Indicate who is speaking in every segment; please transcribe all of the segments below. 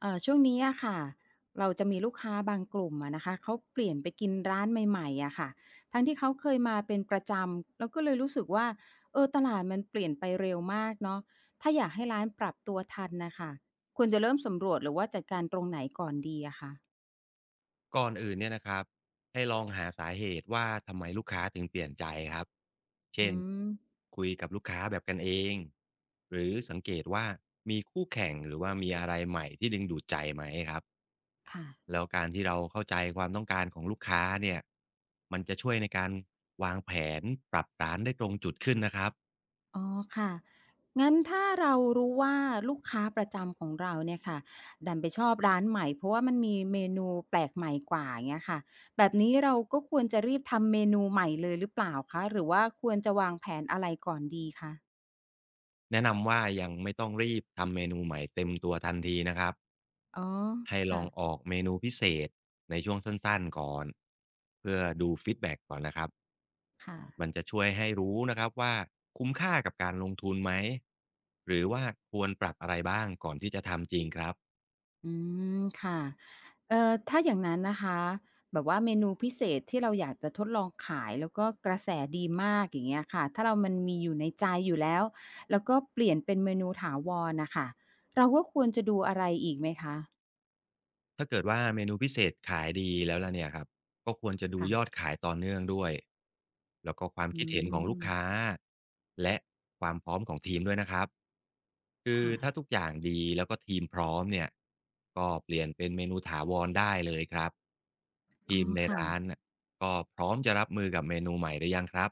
Speaker 1: ช่วงนี้อะค่ะเราจะมีลูกค้าบางกลุ่มอะนะคะเขาเปลี่ยนไปกินร้านใหม่ๆอะค่ะทั้งที่เขาเคยมาเป็นประจำแล้วก็เลยรู้สึกว่าเออตลาดมันเปลี่ยนไปเร็วมากเนาะถ้าอยากให้ร้านปรับตัวทันนะคะควรจะเริ่มสำรวจหรือว่าจัดการตรงไหนก่อนดีอะคะ
Speaker 2: ก่อนอื่นเนี่ยนะครับให้ลองหาสาเหตุว่าทำไมลูกค้าถึงเปลี่ยนใจครับเช่
Speaker 1: อื
Speaker 2: น
Speaker 1: ม
Speaker 2: คุยกับลูกค้าแบบกันเองหรือสังเกตว่ามีคู่แข่งหรือว่ามีอะไรใหม่ที่ดึงดูดใจไหมครับ
Speaker 1: ค่ะ
Speaker 2: แล้วการที่เราเข้าใจความต้องการของลูกค้าเนี่ยมันจะช่วยในการวางแผนปรับร้านได้ตรงจุดขึ้นนะครับ
Speaker 1: อ๋อค่ะงั้นถ้าเรารู้ว่าลูกค้าประจำของเราเนี่ยค่ะดันไปชอบร้านใหม่เพราะว่ามันมีเมนูแปลกใหม่กว่าอย่างเงี้ยค่ะแบบนี้เราก็ควรจะรีบทำเมนูใหม่เลยหรือเปล่าคะหรือว่าควรจะวางแผนอะไรก่อนดีคะ
Speaker 2: แนะนำว่ายังไม่ต้องรีบทำเมนูใหม่เต็มตัวทันทีนะครับ
Speaker 1: อ๋อ
Speaker 2: ให้ล
Speaker 1: ค่ะ
Speaker 2: องออกเมนูพิเศษในช่วงสั้นๆก่อนเพื่อดูฟีดแบ็กก่อนนะครับ
Speaker 1: ค่ะ
Speaker 2: มันจะช่วยให้รู้นะครับว่าคุ้มค่ากับการลงทุนไหมหรือว่าควรปรับอะไรบ้างก่อนที่จะทำจริงครับ
Speaker 1: อืมค่ะถ้าอย่างนั้นนะคะแบบว่าเมนูพิเศษที่เราอยากจะทดลองขายแล้วก็กระแสดีมากอย่างเงี้ยค่ะถ้าเรามันมีอยู่ในใจอยู่แล้วแล้วก็เปลี่ยนเป็นเมนูถาวรน่ะค่ะเราก็ควรจะดูอะไรอีกไหมคะ
Speaker 2: ถ้าเกิดว่าเมนูพิเศษขายดีแล้วล่ะเนี่ยครับก็ควรจะดู
Speaker 1: ค่ะ
Speaker 2: ยอดขายต่อเนื่องด้วยแล้วก็ความ
Speaker 1: อื
Speaker 2: คิดเห็นของลู
Speaker 1: ม
Speaker 2: กค้าและความพร้อมของทีมด้วยนะครับคือ
Speaker 1: ค่ะ
Speaker 2: ถ้าทุกอย่างดีแล้วก็ทีมพร้อมเนี่ยก็เปลี่ยนเป็นเมนูถาวรได้เลยครับ
Speaker 1: อ๋
Speaker 2: ที
Speaker 1: อ
Speaker 2: มใน
Speaker 1: ค่ะ
Speaker 2: ร้านน่ะก็พร้อมจะรับมือกับเมนูใหม่หรือยังครับ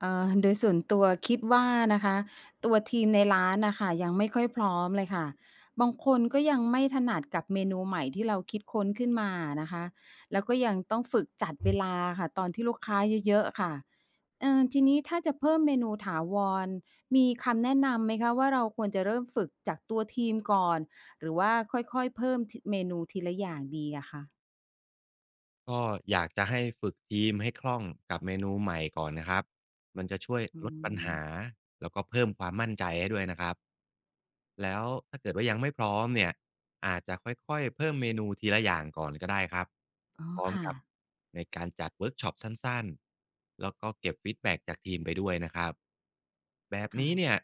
Speaker 1: โดยส่วนตัวคิดว่านะคะตัวทีมในร้านน่ะค่ะยังไม่ค่อยพร้อมเลยค่ะบางคนก็ยังไม่ถนัดกับเมนูใหม่ที่เราคิดค้นขึ้นมาอะนะคะแล้วก็ยังต้องฝึกจัดเวลาค่ะตอนที่ลูกค้าเยอะๆค่ะทีนี้ถ้าจะเพิ่มเมนูถาวรมีคำแนะนำไหมคะว่าเราควรจะเริ่มฝึกจากตัวทีมก่อนหรือว่าค่อยๆเพิ่มทเมนูทีละอย่างดีอะค่ะ
Speaker 2: ก็อยากจะให้ฝึกทีมให้คล่องกับเมนูใหม่ก่อนนะครับมันจะช่วย
Speaker 1: อื
Speaker 2: ลดปัญ
Speaker 1: ม
Speaker 2: หาแล้วก็เพิ่มความมั่นใจให้ด้วยนะครับแล้วถ้าเกิดว่ายังไม่พร้อมเนี่ยอาจจะค่อยๆเพิ่มเมนูทีละอย่างก่อนก็ได้ครับ
Speaker 1: อ๋อ
Speaker 2: พร้อม
Speaker 1: ค่ะ
Speaker 2: กับในการจัดเวิร์กช็อปสั้นๆแล้วก็เก็บฟีดแบ็กจากทีมไปด้วยนะครับแบบ
Speaker 1: ค่ะ
Speaker 2: นี้เนี่ย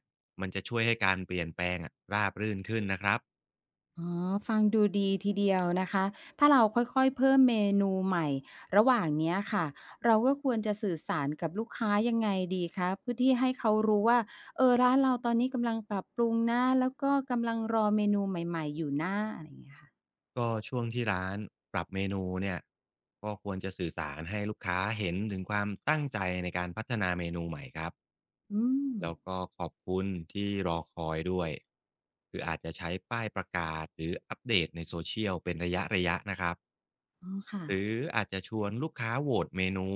Speaker 2: มันจะช่วยให้การเปลี่ยนแปลงอะราบรื่นขึ้นนะครับ
Speaker 1: อ๋อฟังดูดีทีเดียวนะคะ ถ้าเราค่อยๆเพิ่มเมนูใหม่ระหว่างเนี้ยค่ะ เราก็ควรจะสื่อสารกับลูกค้ายังไงดีคะเพื่อที่ให้เขารู้ว่า เออร้านเราตอนนี้กำลังปรับปรุงนะ แล้วก็กำลังรอเมนูใหม่ๆอยู่หนะอะไรอย่างเงี้ยค่ะ
Speaker 2: ก็ช่วงที่ร้านปรับเมนูเนี่ยก็ควรจะสื่อสารให้ลูกค้าเห็นถึงความตั้งใจในการพัฒนาเมนูใหม่ครับ
Speaker 1: อืม
Speaker 2: แล้วก็ขอบคุณที่รอคอยด้วยคืออาจจะใช้ป้ายประกาศหรืออัปเดตในโซเชียลเป็นระยะระยะนะครับ
Speaker 1: อ๋อค่ะ
Speaker 2: หรืออาจจะชวนลูกค้าโหวตเมนู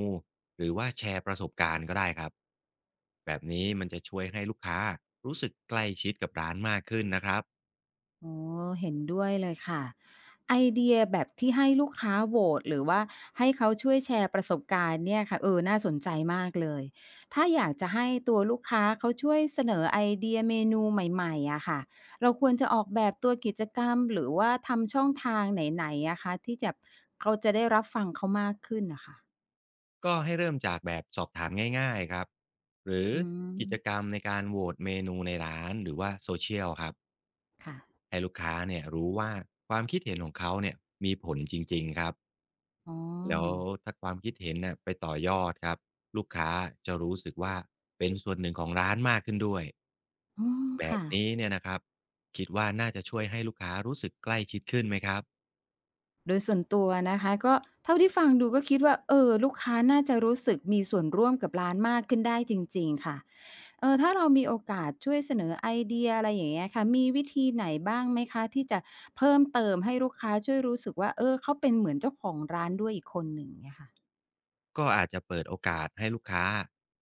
Speaker 2: หรือว่าแชร์ประสบการณ์ก็ได้ครับแบบนี้มันจะช่วยให้ลูกค้ารู้สึกใกล้ชิดกับร้านมากขึ้นนะครับ
Speaker 1: โอ้อเห็นด้วยเลยค่ะไอเดียแบบที่ให้ลูกค้าโหวตหรือว่าให้เขาช่วยแชร์ประสบการณ์เนี่ยค่ะเออน่าสนใจมากเลยถ้าอยากจะให้ตัวลูกค้าเขาช่วยเสนอไอเดียเมนูใหม่ๆอะค่ะเราควรจะออกแบบตัวกิจกรรมหรือว่าทำช่องทางไหนๆอะคะที่จะเขาจะได้รับฟังเขามากขึ้นนะคะ
Speaker 2: ก็ให้เริ่มจากแบบสอบถามง่ายๆครับหรือ
Speaker 1: อืม
Speaker 2: กิจกรรมในการโหวตเมนูในร้านหรือว่าโซเชียลครับ
Speaker 1: ค่ะ
Speaker 2: ให้ลูกค้าเนี่ยรู้ว่าความคิดเห็นของเขาเนี่ยมีผลจริงๆครับ
Speaker 1: อ๋
Speaker 2: แล้ว
Speaker 1: อ
Speaker 2: ถ้าความคิดเห็นน่ะไปต่อยอดครับลูกค้าจะรู้สึกว่าเป็นส่วนหนึ่งของร้านมากขึ้นด้วย
Speaker 1: อ๋อ
Speaker 2: แบบ
Speaker 1: ค่ะ
Speaker 2: นี้เนี่ยนะครับคิดว่าน่าจะช่วยให้ลูกค้ารู้สึกใกล้ชิดขึ้นไหมครับ
Speaker 1: โดยส่วนตัวนะคะก็เท่าที่ฟังดูก็คิดว่าเออลูกค้าน่าจะรู้สึกมีส่วนร่วมกับร้านมากขึ้นได้จริงๆค่ะเออถ้าเรามีโอกาสช่วยเสนอไอเดียอะไรอย่างเงี้ยค่ะมีวิธีไหนบ้างไหมคะที่จะเพิ่มเติมให้ลูกค้าช่วยรู้สึกว่าเออเขาเป็นเหมือนเจ้าของร้านด้วยอีกคนหนึ่งเงี้ยค่ะ
Speaker 2: ก็อาจจะเปิดโอกาสให้ลูกค้า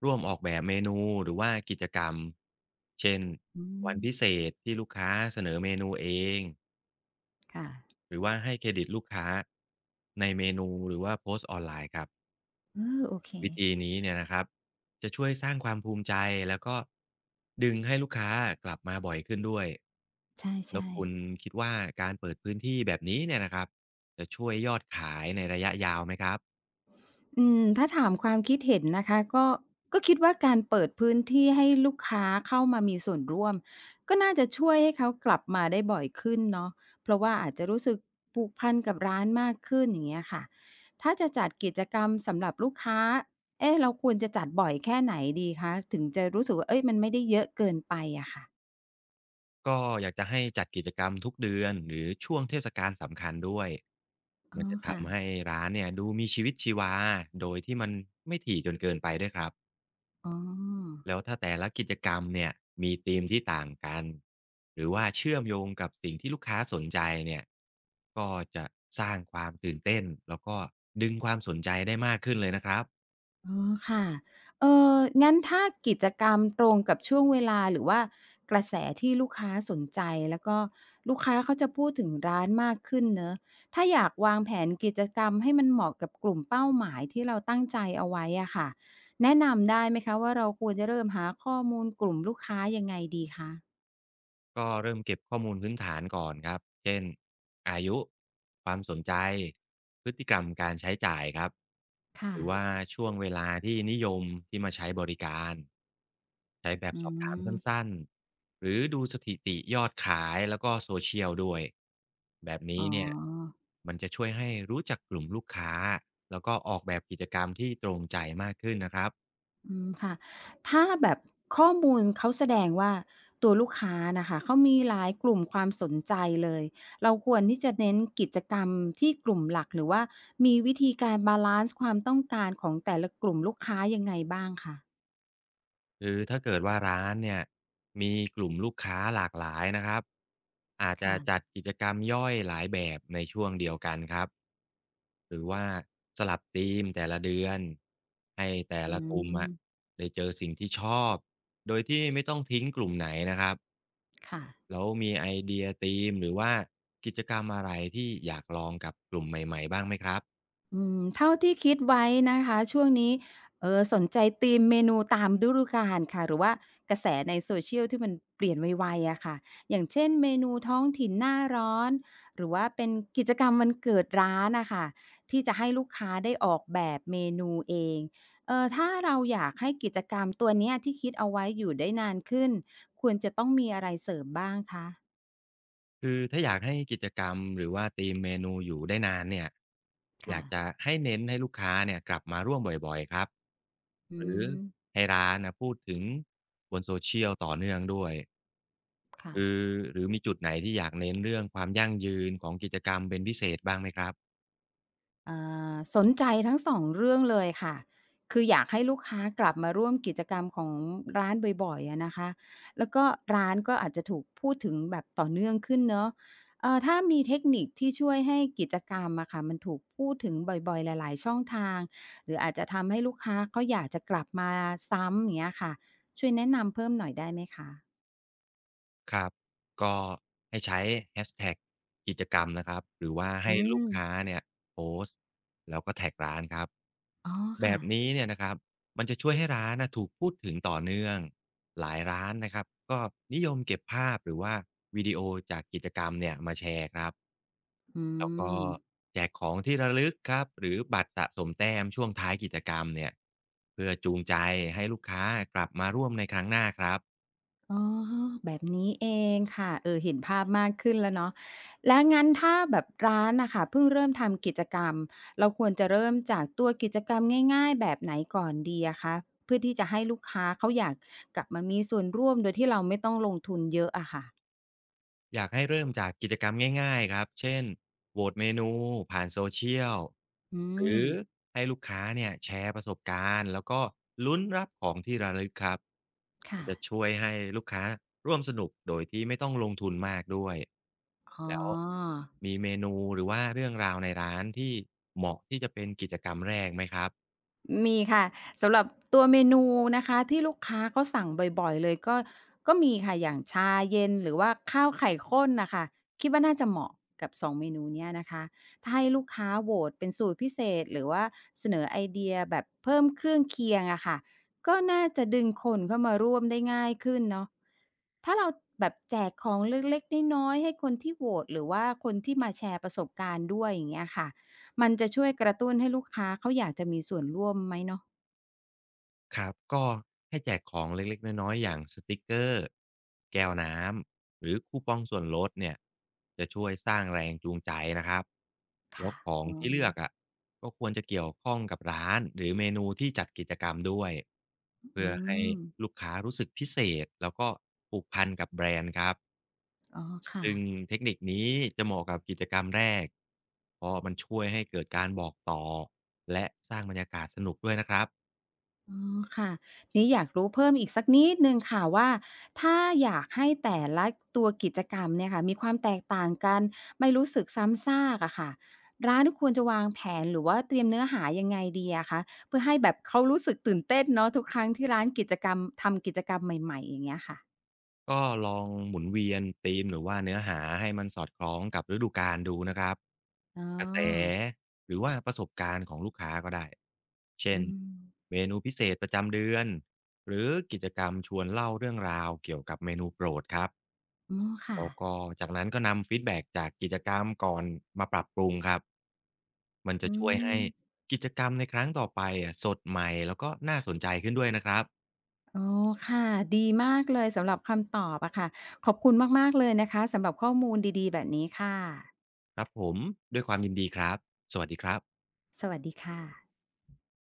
Speaker 2: ร่วมออกแบบเมนูหรือว่ากิจกรรมเช่น
Speaker 1: อื
Speaker 2: วั
Speaker 1: ม
Speaker 2: นพิเศษที่ลูกค้าเสนอเมนูเอง
Speaker 1: ค่ะ
Speaker 2: หรือว่าให้เครดิตลูกค้าในเมนูหรือว่าโพสต์ออนไลน์ครับ
Speaker 1: เออโอเค
Speaker 2: วิธีนี้เนี่ยนะครับจะช่วยสร้างความภูมิใจแล้วก็ดึงให้ลูกค้ากลับมาบ่อยขึ้นด้วย
Speaker 1: ใ
Speaker 2: แล้ว
Speaker 1: ช่
Speaker 2: คุณ
Speaker 1: ๆ
Speaker 2: คิดว่าการเปิดพื้นที่แบบนี้เนี่ยนะครับจะช่วยยอดขายในระยะยาวไหมครับ
Speaker 1: อืมถ้าถามความคิดเห็นนะคะก็คิดว่าการเปิดพื้นที่ให้ลูกค้าเข้ามามีส่วนร่วมก็น่าจะช่วยให้เขากลับมาได้บ่อยขึ้นเนาะเพราะว่าอาจจะรู้สึกผูกพันกับร้านมากขึ้นอย่างเงี้ยค่ะถ้าจะจัดกิจกรรมสำหรับลูกค้าเอ๊ะเราควรจะจัดบ่อยแค่ไหนดีคะถึงจะรู้สึกว่าเอ๊ยมันไม่ได้เยอะเกินไปอะค่ะ
Speaker 2: ก็อยากจะให้จัดกิจกรรมทุกเดือนหรือช่วงเทศกาลสำคัญด้วย
Speaker 1: อ๋
Speaker 2: มั
Speaker 1: อ
Speaker 2: นจะ
Speaker 1: ค่ะ
Speaker 2: ทำให้ร้านเนี่ยดูมีชีวิตชีวาโดยที่มันไม่ถี่จนเกินไปด้วยครับ
Speaker 1: อ๋อ
Speaker 2: แล้วถ้าแต่ละกิจกรรมเนี่ยมีธีมที่ต่างกันหรือว่าเชื่อมโยงกับสิ่งที่ลูกค้าสนใจเนี่ยก็จะสร้างความตื่นเต้นแล้วก็ดึงความสนใจได้มากขึ้นเลยนะครับ
Speaker 1: อ๋อค่ะเอองั้นถ้ากิจกรรมตรงกับช่วงเวลาหรือว่ากระแสที่ลูกค้าสนใจแล้วก็ลูกค้าเขาจะพูดถึงร้านมากขึ้นเนอะ ถ้าอยากวางแผนกิจกรรมให้มันเหมาะกับกลุ่มเป้าหมายที่เราตั้งใจเอาไว้อะค่ะ แนะนำได้ไหมคะว่าเราควรจะเริ่มหาข้อมูลกลุ่มลูกค้ายังไงดีคะ
Speaker 2: ก็เริ่มเก็บข้อมูลพื้นฐานก่อนครับ เช่นอายุ ความสนใจ พฤติกรรมการใช้จ่ายครับ
Speaker 1: ค่ะ
Speaker 2: หรือว่าช่วงเวลาที่นิยมที่มาใช้บริการ ใช้แบบ
Speaker 1: อื
Speaker 2: สอบถามสั
Speaker 1: ม
Speaker 2: ้นๆ หรือดูสถิติยอดขายแล้วก็โซเชียลด้วย แบบนี้
Speaker 1: อ๋อ
Speaker 2: เนี่ย มันจะช่วยให้รู้จักกลุ่มลูกค้าแล้วก็ออกแบบกิจกรรมที่ตรงใจมากขึ้นนะครับ
Speaker 1: อืมค่ะถ้าแบบข้อมูลเขาแสดงว่าตัวลูกค้านะคะเขามีหลายกลุ่มความสนใจเลยเราควรที่จะเน้นกิจกรรมที่กลุ่มหลักหรือว่ามีวิธีการบาลานซ์ความต้องการของแต่ละกลุ่มลูกค้ายังไงบ้างคะ
Speaker 2: คือถ้าเกิดว่าร้านเนี่ยมีกลุ่มลูกค้าหลากหลายนะครับอาจจะ
Speaker 1: ค่ะ
Speaker 2: จัดกิจกรรมย่อยหลายแบบในช่วงเดียวกันครับหรือว่าสลับธีมแต่ละเดือนให้แต่
Speaker 1: อื
Speaker 2: ละกลุ่ม
Speaker 1: ม
Speaker 2: อะได้เจอสิ่งที่ชอบโดยที่ไม่ต้องทิ้งกลุ่มไหนนะครับ
Speaker 1: ค่ะ
Speaker 2: แล้วมีไอเดียธีมหรือว่ากิจกรรมอะไรที่อยากลองกับกลุ่มใหม่ๆบ้างไหมครับ
Speaker 1: อืมเท่าที่คิดไว้นะคะช่วงนี้สนใจธีมเมนูตามฤดูกาลค่ะหรือว่ากระแสใน Social ที่มันเปลี่ยนไวๆอะค่ะอย่างเช่นเมนูท้องถิ่นหน้าร้อนหรือว่าเป็นกิจกรรมวันเกิดร้านน่ะค่ะที่จะให้ลูกค้าได้ออกแบบเมนูเองถ้าเราอยากให้กิจกรรมตัวเนี้ยที่คิดเอาไว้อยู่ได้นานขึ้นควรจะต้องมีอะไรเสริมบ้างคะ
Speaker 2: คือถ้าอยากให้กิจกรรมหรือว่าธีมเมนูอยู่ได้นานเนี่ยอ
Speaker 1: ค่ะ
Speaker 2: ยากจะให้เน้นให้ลูกค้าเนี่ยกลับมาร่วมบ่อยๆครับ
Speaker 1: อื
Speaker 2: หรือ
Speaker 1: ม
Speaker 2: ให้ร้านนะพูดถึงบนโซเชียลต่อเนื่องด้วย
Speaker 1: ค่ะ
Speaker 2: คือหรือมีจุดไหนที่อยากเน้นเรื่องความยั่งยืนของกิจกรรมเป็นพิเศษบ้างไหมครับ
Speaker 1: อ่าสนใจทั้งสองเรื่องเลยค่ะ คืออยากให้ลูกค้ากลับมาร่วมกิจกรรมของร้านบ่อยๆอะนะคะแล้วก็ร้านก็อาจจะถูกพูดถึงแบบต่อเนื่องขึ้นเนาะถ้ามีเทคนิคที่ช่วยให้กิจกรรมอะค่ะมันถูกพูดถึงบ่อยๆหลายๆช่องทางหรืออาจจะทำให้ลูกค้าเขาอยากจะกลับมาซ้ำอย่างเงี้ยค่ะช่วยแนะนำเพิ่มหน่อยได้ไหมคะ
Speaker 2: ครับก็ให้ใช้แฮชแท็กกิจกรรมนะครับหรือว่าให้
Speaker 1: อื
Speaker 2: ลูก
Speaker 1: ม
Speaker 2: ค้าเนี่ยโพสต์แล้วก็แท็กร้านครับ
Speaker 1: อ๋อ
Speaker 2: แบ
Speaker 1: ค่ะ
Speaker 2: บนี้เนี่ยนะครับมันจะช่วยให้ร้านนะถูกพูดถึงต่อเนื่องหลายร้านนะครับก็นิยมเก็บภาพหรือว่าวิดีโอจากกิจกรรมเนี่ยมาแชร์ครับ
Speaker 1: อื
Speaker 2: แล้วก็
Speaker 1: ม
Speaker 2: แจกของที่ระลึกครับหรือบัตรสะสมแต้มช่วงท้ายกิจกรรมเนี่ยเพื่อจูงใจให้ลูกค้ากลับมาร่วมในครั้งหน้าครับ
Speaker 1: อ๋อแบบนี้เองค่ะเออเห็นภาพมากขึ้นแล้วเนาะแล้วงั้นถ้าแบบร้านน่ะค่ะเพิ่งเริ่มทำกิจกรรมเราควรจะเริ่มจากตัวกิจกรรมง่ายๆแบบไหนก่อนดีอะคะเพื่อที่จะให้ลูกค้าเขาอยากกลับมามีส่วนร่วมโดยที่เราไม่ต้องลงทุนเยอะอะค่ะ
Speaker 2: อยากให้เริ่มจากกิจกรรมง่ายๆครับ เช่นโหวตเมนูผ่านโซเชียล
Speaker 1: อื
Speaker 2: หรื
Speaker 1: ม
Speaker 2: อให้ลูกค้าเนี่ยแชร์ประสบการณ์แล้วก็ลุ้นรับของที่ระลึกครับมัน
Speaker 1: ค่ะ
Speaker 2: จะช่วยให้ลูกค้าร่วมสนุกโดยที่ไม่ต้องลงทุนมากด้วย
Speaker 1: อ๋อ
Speaker 2: แล้วมีเมนูหรือว่าเรื่องราวในร้านที่เหมาะที่จะเป็นกิจกรรมแรกไหมครับ
Speaker 1: มีค่ะสำหรับตัวเมนูนะคะที่ลูกค้าเขาสั่งบ่อยๆเลยก็มีค่ะอย่างชาเย็นหรือว่าข้าวไข่ข้นน่ะค่ะคิดว่าน่าจะเหมาะกับ2เมนูเนี้ยนะคะถ้าให้ลูกค้าโหวตเป็นสูตรพิเศษหรือว่าเสนอไอเดียแบบเพิ่มเครื่องเคียงอะค่ะก็น่าจะดึงคนเข้ามาร่วมได้ง่ายขึ้นเนาะถ้าเราแบบแจกของเล็กๆน้อยๆให้คนที่โหวตหรือว่าคนที่มาแชร์ประสบการณ์ด้วยอย่างเงี้ยค่ะ มันจะช่วยกระตุ้นให้ลูกค้าเขาอยากจะมีส่วนร่วมไหมเนาะ
Speaker 2: ครับก็ให้แจกของเล็กๆน้อยๆอย่างสติกเกอร์แก้วน้ำหรือคูปองส่วนลดเนี่ยจะช่วยสร้างแรงจูงใจนะครับแล้ว
Speaker 1: ค่ะ
Speaker 2: ของ
Speaker 1: อ๋อ
Speaker 2: ที่เลือกอะะก็ควรจะเกี่ยวข้องกับร้านหรือเมนูที่จัดกิจกรรมด้วยเพื่
Speaker 1: อื
Speaker 2: อให้
Speaker 1: ม
Speaker 2: ลูกค้ารู้สึกพิเศษแล้วก็ผูกพันกับแบรนด์ครับ
Speaker 1: อ๋อค่ะ
Speaker 2: ซึ่งเทคนิคนี้จะเหมาะกับกิจกรรมแรกเพราะมันช่วยให้เกิดการบอกต่อและสร้างบรรยากาศสนุกด้วยนะครับ
Speaker 1: อ๋อค่ะนี้อยากรู้เพิ่มอีกสักนิดหนึ่งค่ะว่าถ้าอยากให้แต่ละตัวกิจกรรมเนี่ยค่ะมีความแตกต่างกันไม่รู้สึกซ้ำซากอะค่ะร้านควรจะวางแผนหรือว่าเตรียมเนื้อหายังไงดีอะคะเพื่อให้แบบเขารู้สึกตื่นเต้นเนาะทุกครั้งที่ร้านกิจกรรมทำกิจกรรมใหม่ๆอย่างเงี้ยค่ะ
Speaker 2: ก็ลองหมุนเวียนธีมหรือว่าเนื้อหาให้มันสอดคล้องกับฤดูกาลดูนะครับ
Speaker 1: อ๋อ
Speaker 2: กระแสหรือว่าประสบการณ์ของลูกค้าก็ได้เช่
Speaker 1: อื
Speaker 2: น
Speaker 1: ม
Speaker 2: เมนูพิเศษประจำเดือนหรือกิจกรรมชวนเล่าเรื่องราวเกี่ยวกับเมนูโปรดครับ
Speaker 1: อ๋อค่ะ
Speaker 2: แล้วก็จากนั้นก็นำฟีดแบ็กจากกิจกรรมก่อนมาปรับปรุงครับมันจะ
Speaker 1: อื
Speaker 2: ช่วย
Speaker 1: ม
Speaker 2: ให้กิจกรรมในครั้งต่อไปอะสดใหม่แล้วก็น่าสนใจขึ้นด้วยนะครับ
Speaker 1: อ๋อค่ะดีมากเลยสำหรับคำตอบอะค่ะขอบคุณมากๆเลยนะคะสำหรับข้อมูลดีๆแบบนี้ค่ะ
Speaker 2: ครับผมด้วยความยินดีครับสวัสดีครับ
Speaker 1: สวัสดีค่ะ